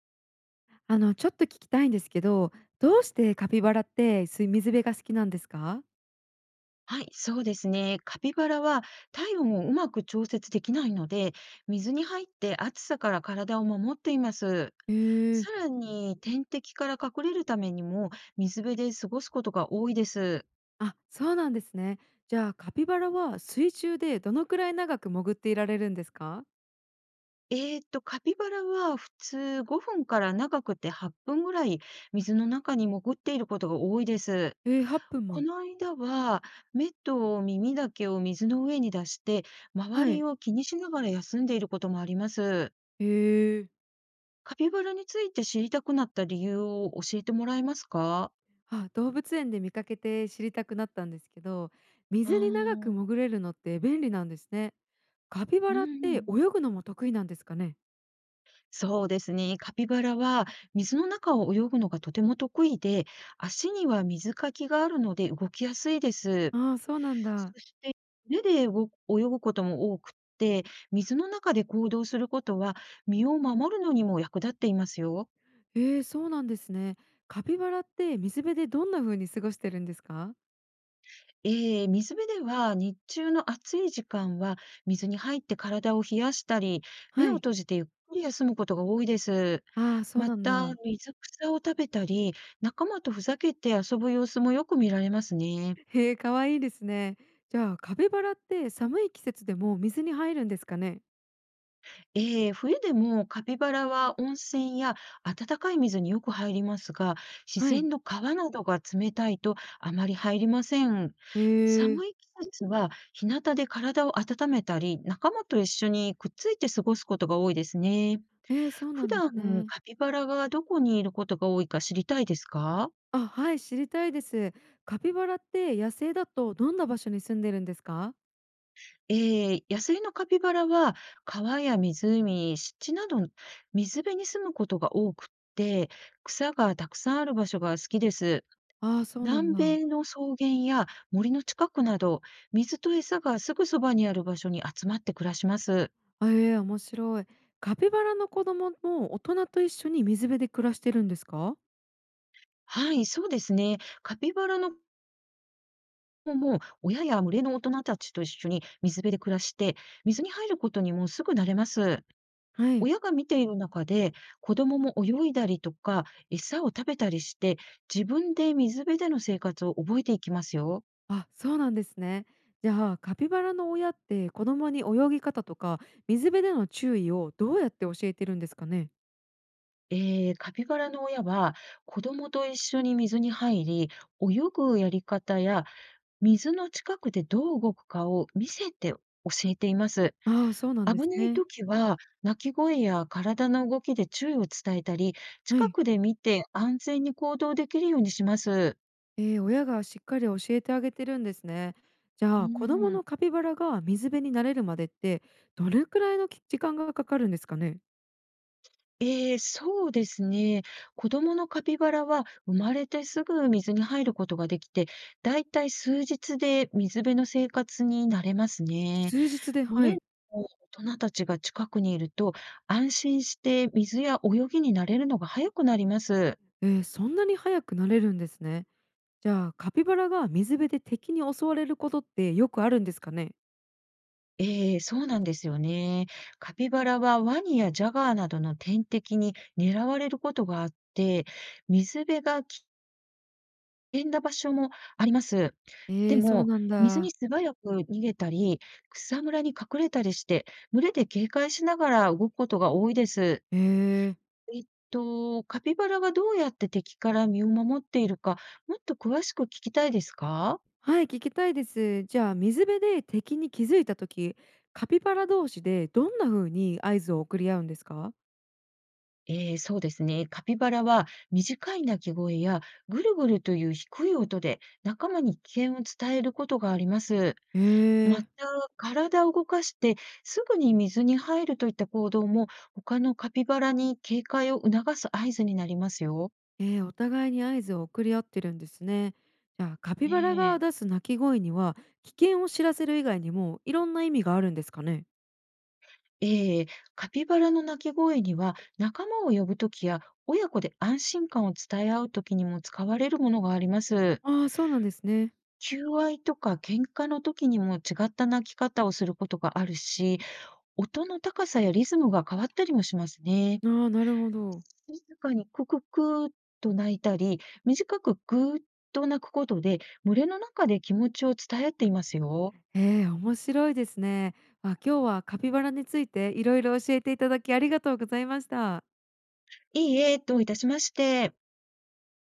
ちょっと聞きたいんですけど、どうしてカピバラって、水辺が好きなんですか？はい、そうですね。カピバラは体温をうまく調節できないので、水に入って暑さから体を守っています。へえ。さらに天敵から隠れるためにも水辺で過ごすことが多いです。あ、そうなんですね。じゃあ、カピバラは水中でどのくらい長く潜っていられるんですか？カピバラは普通5分から長くて8分ぐらい水の中に潜っていることが多いです。ええ、8分こも。の間は目と耳だけを水の上に出して、周はりい。を気にしながら休んでいることもあります。へえ。カピバラについて知りたくなった理由を教えてもらえますか？あ、動物園で見かけて知りたくなったんですけど、ああ水に長くー。潜れるのって便利なんですね。カピうバラってん。泳ぐのも得意なんですかね？そうですね。カピバラは水の中を泳ぐのがとても得意で、足には水かきがあるので動きやすいです。ああ、そうなんだ。そして、目で動く泳ぐことも多くって、水の中で行動することは身を守るのにも役立っていますよ。えー、そうなんですね。カピバラって水辺でどんな風に過ごしてるんですか？ええ、水辺では日中の暑い時間は水に入って体を冷やしたり、目はをい。閉じてゆっくり休むことが多いです。ああ、そうまなんた、だ。水草を食べたり、仲間とふざけて遊ぶ様子もよく見られますね。へえ、かわいいですね。じゃあ、カピバラって寒い季節でも水に入るんですかね？ええ、冬でもカピバラは温泉や温かい水によく入りますが、自はい。然の川などが冷たいとあまり入りません。へえ。寒い季節は日向で体を温めたり、仲間と一緒にくっついて過ごすことが多いですね。えーそうな普んです段ね。カピバラがどこにいることが多いか知りたいですか？あ、はい、知りたいです。カピバラって野生だとどんな場所に住んでるんですか？ええ、野生のカピバラは川や湖、湿地など水辺に住むことが多くって、草がたくさんある場所が好きです。ああー、そうなん南だ。米の草原や森の近くなど、水と餌がすぐそばにある場所に集まって暮らします。あ、ええ、面白い。カピバラの子供も大人と一緒に水辺で暮らしてるんですか？はい、そうですね。カピバラの子も親や群れの大人たちと一緒に水辺で暮らして、水に入ることにもすぐ慣れます。はい。親が見ている中で、子供も泳いだりとか、餌を食べたりして、自分で水辺での生活を覚えていきますよ。あ、そうなんですね。じゃあカピバラの親って子供に泳ぎ方とか水辺での注意をどうやって教えてるんですかね。カピバラの親は、子供と一緒に水に入り、泳ぐやり方や、水の近くでどう動くかを見せて教えています。ああ、そうなんで危すないね。時は、鳴き声や体の動きで注意を伝えたり、は近い。くで見て安全に行動できるようにします。えー、親がしっかり教えてあげてるんですね。じうゃあ子供ん。のカピバラが水辺に慣れるまでってどれくらいのき時間がかかるんですかね。ええ、そうですね。子供のカピバラは生まれてすぐ水に入ることができて、だいたい数日で水辺の生活に慣れますね。数日で、群はれのい。大人たちが近くにいると、安心して水や泳ぎに慣れるのが早くなります。えー、そんなに早くなれるんですね。じゃあカピバラが水辺で敵に襲われることってよくあるんですかね。ええ、そうなんですよね。カピバラはワニやジャガーなどの天敵に狙われることがあって、水辺が危険な場所もあります。えでー、そうも、なん水にだ。素早く逃げたり、草むらに隠れたりして、群れで警戒しながら動くことが多いです。えーえっカピバラがどうやって敵から身を守っているか、もっと詳しく聞きたいですか？はい、聞きたいです。じゃあ、水辺で敵に気づいた時、カピバラ同士でどんな風に合図を送り合うんですか？そうですね。カピバラは短い鳴き声やぐるぐるという低い音で仲間に危険を伝えることがあります。へまえ。た、体を動かしてすぐに水に入るといった行動も、他のカピバラに警戒を促す合図になりますよ。えーお互いに合図を送り合ってるんですね。じゃあ、カピえバラがえ。出す鳴き声には、危険を知らせる以外にも、いろんな意味があるんですかね？ええ、カピバラの鳴き声には、仲間を呼ぶ時や、親子で安心感を伝え合う時にも使われるものがあります。ああ、そうなんですね。求愛とか喧嘩の時にも違った鳴き方をすることがあるし、音の高さやリズムが変わったりもしますね。ああ、なるほど。静かにクククーっと鳴いたり、短くグーっと鳴くことで、群れの中で気持ちを伝え合っていますよ。ええ、面白いですね。あ、今日はカピバラについていろいろ教えていただきありがとうございました。いいえ、どういたしまして。